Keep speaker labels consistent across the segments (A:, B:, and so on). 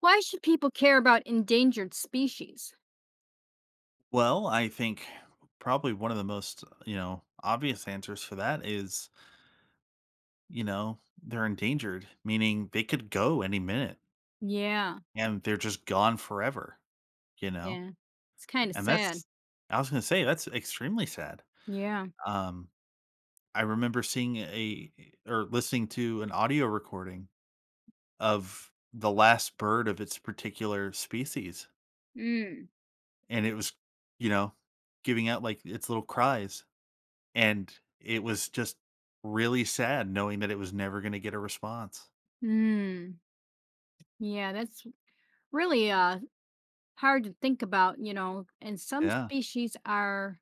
A: Why should people care about endangered species?
B: Well, I think probably one of the most, you know, obvious answers for that is, you know, they're endangered, meaning they could go any minute
A: Yeah,
B: and they're just gone forever, you know?
A: yeah. It's kind of
B: And
A: sad.
B: that's I was going to say that's extremely sad.
A: Yeah.
B: Um I remember seeing a or listening to an audio recording of the last bird of its particular species
A: Mm.
B: and it was, you know, giving out like its little cries. And it was just really sad knowing that it was never gonna get a response.
A: Mm. Yeah, that's really hard to think about, you know, and some
B: Yeah,
A: species are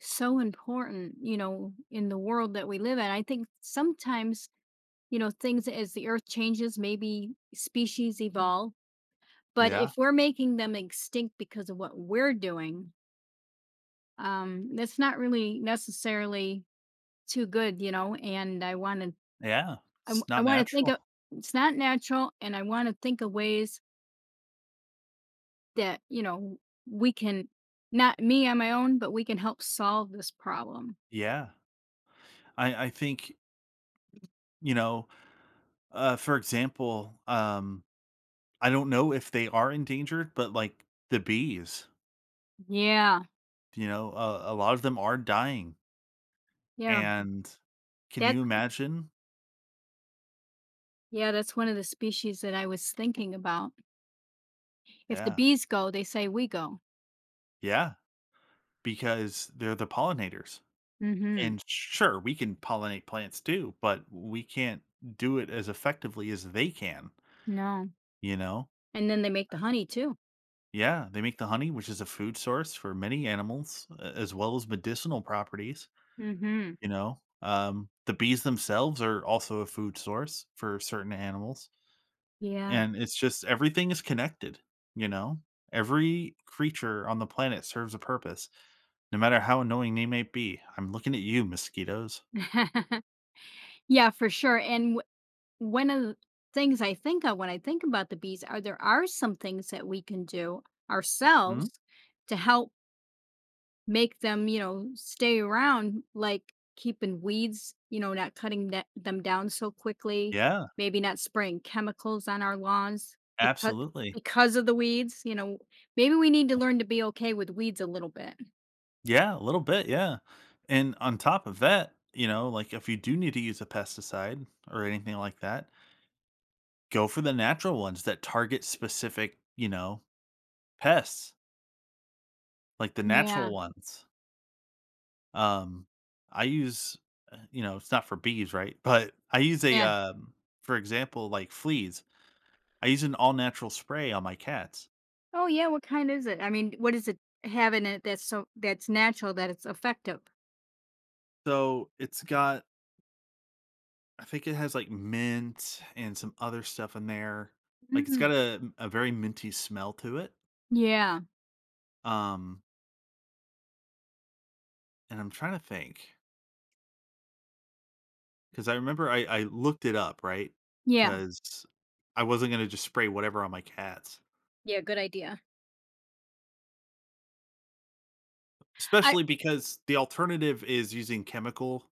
A: so important, you know, in the world that we live in. I think sometimes, you know, things as the earth changes, maybe species evolve, but
B: yeah,
A: if we're making them extinct because of what we're doing, that's not really necessarily too good, you know, and
B: yeah, it's
A: I
B: not
A: wanna think of
B: natural.
A: it's not natural, and I wanna think of ways that, you know, we can not me on my own, but we can help solve this problem.
B: Yeah, I think, you know, for example, I don't know if they are endangered, but, like, the bees,
A: Yeah,
B: you know, a lot of them are dying,
A: yeah,
B: and can
A: that's
B: you imagine?
A: yeah, that's one of the species that I was thinking about. If the
B: Yeah,
A: bees go, they say we go.
B: yeah, because they're the pollinators.
A: Mhm,
B: And sure, we can pollinate plants too, but we can't do it as effectively as they can,
A: no,
B: you know?
A: and then they make the honey too.
B: Yeah, they make the honey, which is a food source for many animals, a- as well as medicinal properties,
A: Mhm,
B: you know? The bees themselves are also a food source for certain animals.
A: yeah.
B: And it's just everything is connected, you know? Every creature on the planet serves a purpose, no matter how annoying they may be. I'm looking at you, mosquitoes.
A: Yeah, for sure, and one of the things I think of when I think about the bees are there are some things that we can do
B: Hmm?
A: ourselves to help make them, you know, stay around, like keeping weeds, you know, not cutting them down so quickly,
B: Yeah,
A: maybe not spraying chemicals on our lawns
B: absolutely.
A: because of the weeds, you know, maybe we need to learn to be okay with weeds a little bit.
B: Yeah, a little bit, yeah. And on top of that, you know, like if you do need to use a pesticide or anything like that, go for the natural ones that target specific, you know, pests, like the
A: Yeah.
B: natural ones. Um, I use, you know, it's not for bees, right? But I use a,
A: Yeah.
B: for example, like fleas. I use an all natural spray on my cats.
A: Oh yeah, what kind is it? I mean, what is it having it that's so that's natural that it's effective?
B: So it's got, I think it has like mint and some other stuff in there. Like it's
A: Mm,
B: got a very minty smell to it.
A: yeah.
B: Um, and I'm trying to think, because I remember I looked it up, right?
A: Yeah.
B: Because I wasn't gonna just spray whatever on my cats,
A: Yeah, good idea. I.
B: especially because the alternative is using chemical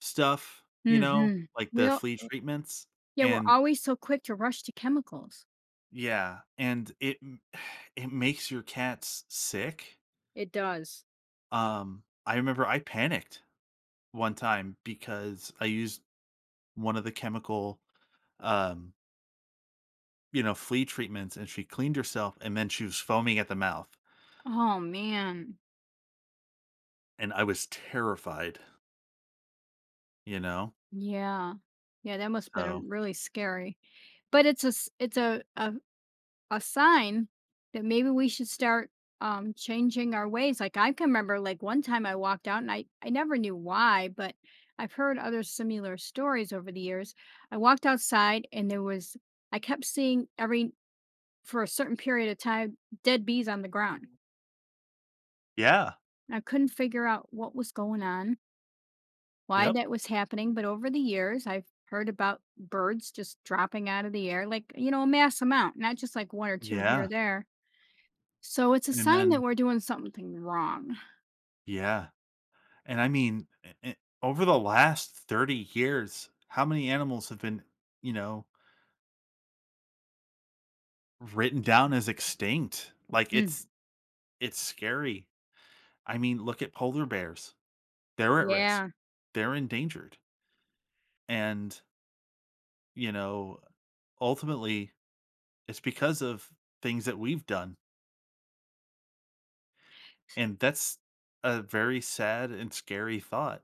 B: stuff, you know,
A: Mhm.
B: like
A: We
B: the
A: all
B: flea treatments,
A: yeah, we're
B: and
A: always so quick to rush to chemicals.
B: yeah, and it m it makes your cats sick.
A: It does.
B: I remember I panicked one time because I used one of the chemical, um you know, flea treatments and she cleaned herself and then she was foaming at the mouth,
A: Oh, man.
B: and I was terrified, you know?
A: Yeah. Yeah, that must've been,
B: So
A: really scary. But it's a a sign that maybe we should start, changing our ways. Like, I can remember, like, one time I walked out and I never knew why, but I've heard other similar stories over the years. I walked outside and there was I kept seeing every for a certain period of time, dead bees on the ground.
B: yeah.
A: And I couldn't figure out what was going on, why
B: Yep.
A: that was happening, but over the years, I've heard about birds just dropping out of the air, like, you know, a mass amount, not just like one or two here or
B: Yeah.
A: there. So it's a
B: And
A: sign that
B: then
A: we're doing something wrong.
B: yeah. And I mean, over the last 30 years, how many animals have been, you know, written down as extinct? Like,
A: Mm,
B: it's scary. I mean, look at polar bears. They're at risk.
A: yeah.
B: They're endangered. And, you know, ultimately it's because of things that we've done, and that's a very sad and scary thought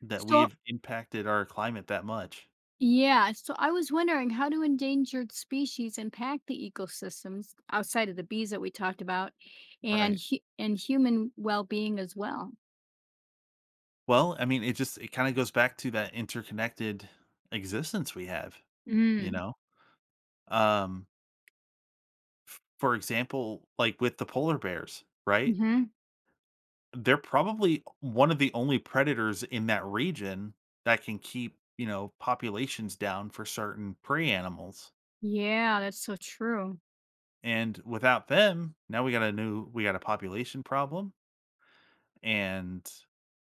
B: that
A: So,
B: we've impacted our climate that much.
A: yeah. So I was wondering how do endangered species impact the ecosystems outside of the bees that we talked about and
B: Right.
A: and human well-being as well?
B: Well, I mean, it just it kinda goes back to that interconnected existence we have, you
A: Mm.
B: know? Um, for example, like with the polar bears, right?
A: Hmm.
B: They're probably one of the only predators in that region that can keep, you know, populations down for certain prey animals.
A: Yeah, that's so true.
B: And without them, now we got a population problem and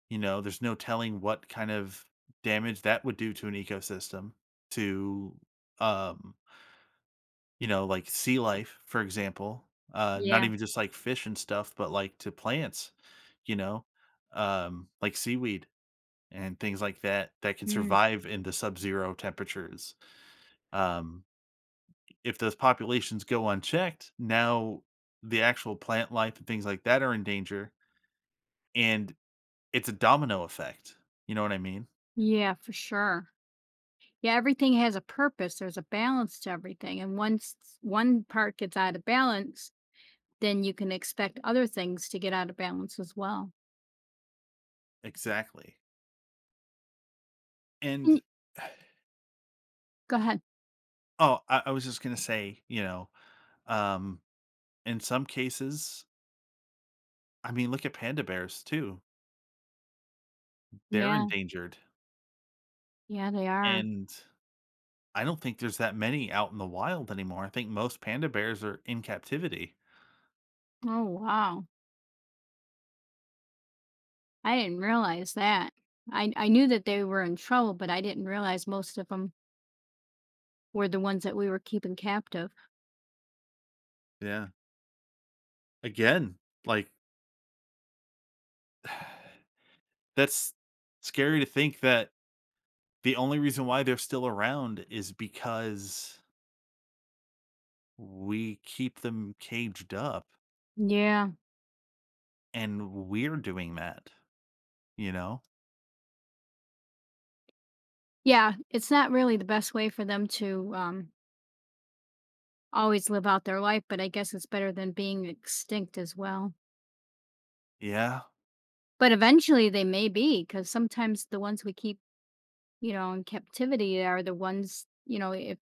B: you know, there's no telling what kind of damage that would do to an ecosystem to um, you know, like sea life, for example. Not
A: Yeah.
B: even just like fish and stuff, but like to plants, you know, like seaweed and things like that that can
A: Mm,
B: survive in the sub-zero temperatures. Um if those populations go unchecked, now the actual plant life and things like that are in danger, and it's a domino effect. You know what I mean?
A: yeah, for sure. Yeah, everything has a purpose. There's a balance to everything. And once one part gets out of balance, then you can expect other things to get out of balance as well.
B: Exactly.
A: And
B: And
A: go ahead.
B: oh, I was just gonna say, you know, um, in some cases, I mean, look at panda bears too. They're
A: Yeah,
B: endangered,
A: yeah, they are.
B: and I don't think there's that many out in the wild anymore. I think most panda bears are in captivity.
A: Oh, wow. I didn't realize that. I knew that they were in trouble, but I didn't realize most of them were the ones that we were keeping captive.
B: Yeah. Again, like that's scary to think that the only reason why they're still around is because we keep them caged up
A: Yeah.
B: and we're doing that, you know?
A: Yeah. It's not really the best way for them to always live out their life, but I guess it's better than being extinct as well.
B: Yeah.
A: But eventually they may be because sometimes the ones we keep, you know, in captivity are the ones, you know, if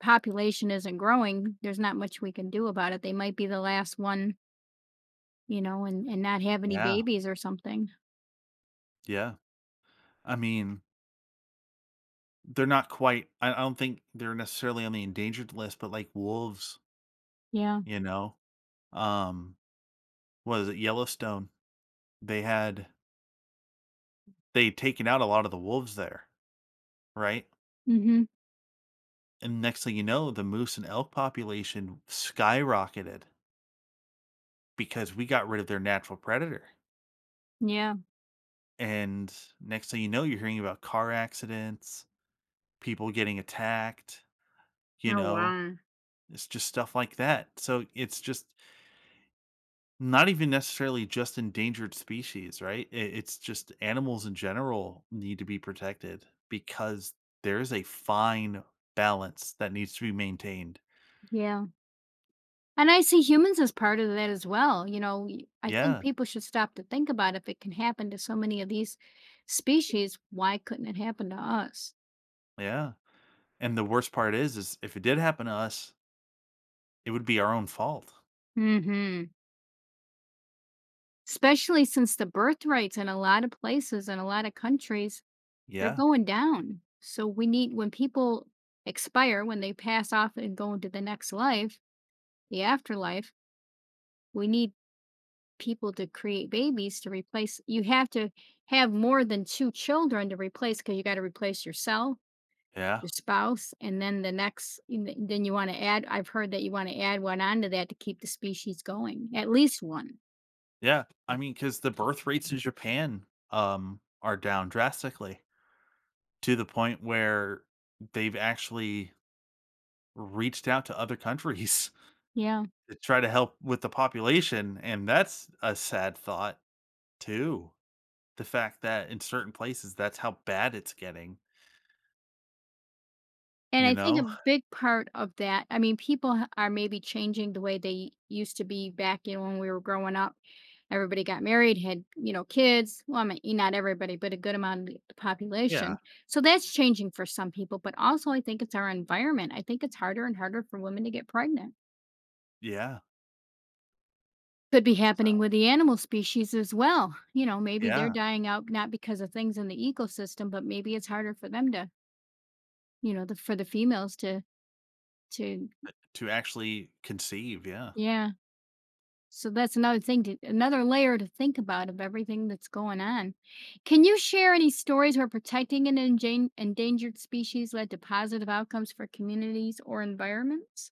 A: population isn't growing, there's not much we can do about it. They might be the last one, you know, and not have any
B: Yeah.
A: babies or something.
B: Yeah. I mean, they're not quite I don't think they're necessarily on the endangered list, but like wolves,
A: Yeah.
B: you know? Um, what is it, Yellowstone? They had they'd taken out a lot of the wolves there, right?
A: Mm-hmm.
B: And next thing you know, the moose and elk population skyrocketed because we got rid of their natural predator.
A: Yeah.
B: And next thing you know, you're hearing about car accidents, people getting attacked, you
A: Oh
B: know,
A: wow.
B: it's just stuff like that. So it's just not even necessarily just endangered species, right? It's just animals in general need to be protected because there is a fine balance that needs to be maintained.
A: Yeah. And I see humans as part of that as well, you know, y I think
B: Yeah,
A: people should stop to think about if it can happen to so many of these species, why couldn't it happen to us?
B: yeah. And the worst part is if it did happen to us, it would be our own fault.
A: Mhm. Especially since the birth rates in a lot of places and a lot of countries, they're
B: Yeah,
A: going down. So we need when people expire, when they pass off and go into the next life, the afterlife, we need people to create babies to replace you have to have more than two children to replace, because you gotta replace yourself,
B: yeah,
A: your spouse, and then the next, and then you want to add, I've heard that you want to add one onto that to keep the species going, at least one.
B: yeah. I mean, because the birth rates in Japan are down drastically to the point where they've actually reached out to other countries
A: Yeah.
B: to try to help with the population, and that's a sad thought too. The fact that in certain places, that's how bad it's getting,
A: And
B: you
A: I think a
B: know?
A: big part of that, I mean, people are maybe changing the way they used to be back, you know, when we were growing up. Everybody got married, had, you know, kids. Well, I mean, not everybody, but a good amount of the
B: Yeah,
A: population. So that's changing for some people. But also, I think it's our environment. I think it's harder and harder for women to get pregnant.
B: yeah,
A: Could be
B: so
A: happening with the animal species as well. You know, maybe they're
B: yeah,
A: dying out not because of things in the ecosystem, but maybe it's harder for them to, you know, the for the females to
B: to actually conceive, yeah.
A: yeah. So that's another layer to think about of everything that's going on. Can you share any stories where protecting an enjan endangered species led to positive outcomes for communities or environments?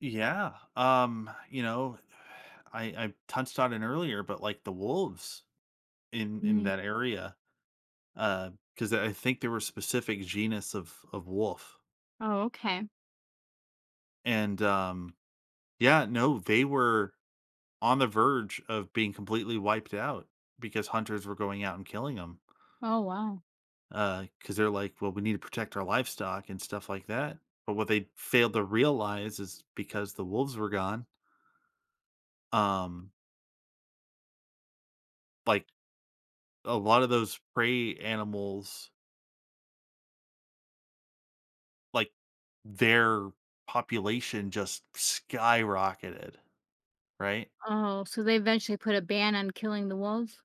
B: Yeah, you know, I touched on it earlier, but, like, the wolves in
A: Mm.
B: that area, because I think there were specific genus of wolf,
A: Oh, okay.
B: and, yeah, no, they were on the verge of being completely wiped out because hunters were going out and killing them
A: Oh, wow.
B: because they're like, well, we need to protect our livestock and stuff like that. But what they failed to realize is because the wolves were gone, um, like a lot of those prey animals, like their population just skyrocketed, right?
A: Oh, so they eventually put a ban on killing the wolves?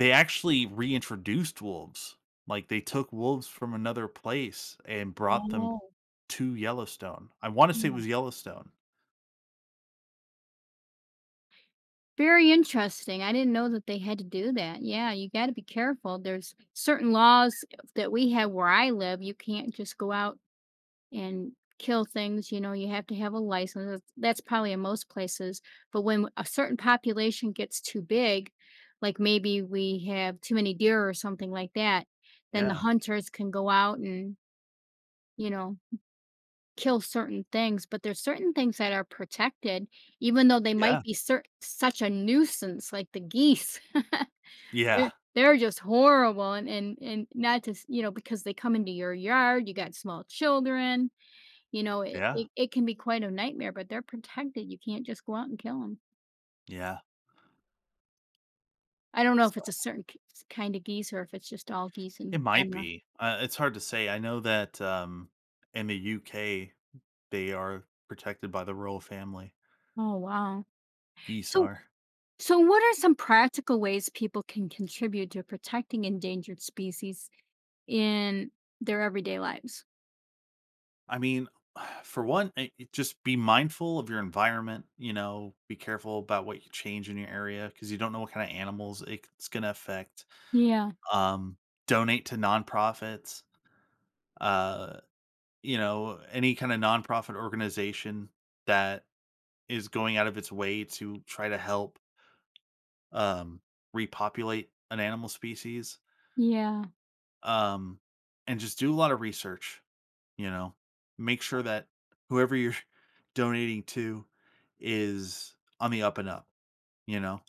B: They actually reintroduced wolves. Like they took wolves from another place and brought them
A: Oh.
B: to Yellowstone. I wanna say it was Yellowstone.
A: Very interesting. I didn't know that they had to do that. Yeah, you gotta be careful. There's certain laws that we have where I live. You can't just go out and kill things, you know, you have to have a license. That's probably in most places. But when a certain population gets too big, like maybe we have too many deer or something like that, then the
B: Yeah.
A: hunters can go out and, you know, kill certain things, but there's certain things that are protected, even though they might
B: Yeah.
A: be cer such a nuisance, like the geese. They're
B: Yeah.
A: they're just horrible, and and not to s you know, because they come into your yard, you got small children, you know,
B: Yeah.
A: it can be quite a nightmare, but they're protected, you can't just go out and kill them.
B: Yeah.
A: I don't know if
B: So
A: it's a certain k s kind of geese or if it's just all geese in
B: it might
A: general.
B: be. It's hard to say. I know that, in the UK, they are protected by the royal family.
A: Oh, wow.
B: Geese
A: So
B: are.
A: so what are some practical ways people can contribute to protecting endangered species in their everyday lives?
B: I mean, for one, I it just be mindful of your environment, you know, be careful about what you change in your area because you don't know what kinda animals it's gonna affect.
A: Yeah,
B: Um, donate to nonprofits, uh you know, any kind of nonprofit organization that is going out of its way to try to help um, repopulate an animal species,
A: yeah,
B: um, and just do a lot of research. You know, make sure that whoever you're donating to is on the up and up. You know,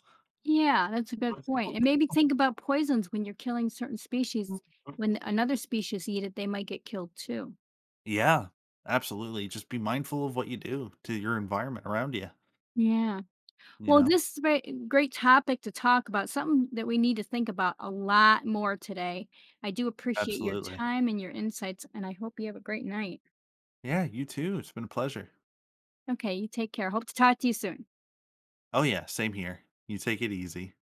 A: Yeah, that's a good point. And maybe think about poisons when you're killing certain species. When another species eat it, they might get killed too.
B: yeah, absolutely. Just be mindful of what you do to your environment around you.
A: Yeah.
B: You
A: Well,
B: know,
A: this is a great topic to talk about, something that we need to think about a lot more today. I do appreciate your
B: absolutely.
A: time and your insights, and I hope you have a great night.
B: Yeah, you too. It's been a pleasure.
A: Okay, you take care. Hope to talk to you soon.
B: Oh, yeah, same here. You take it easy.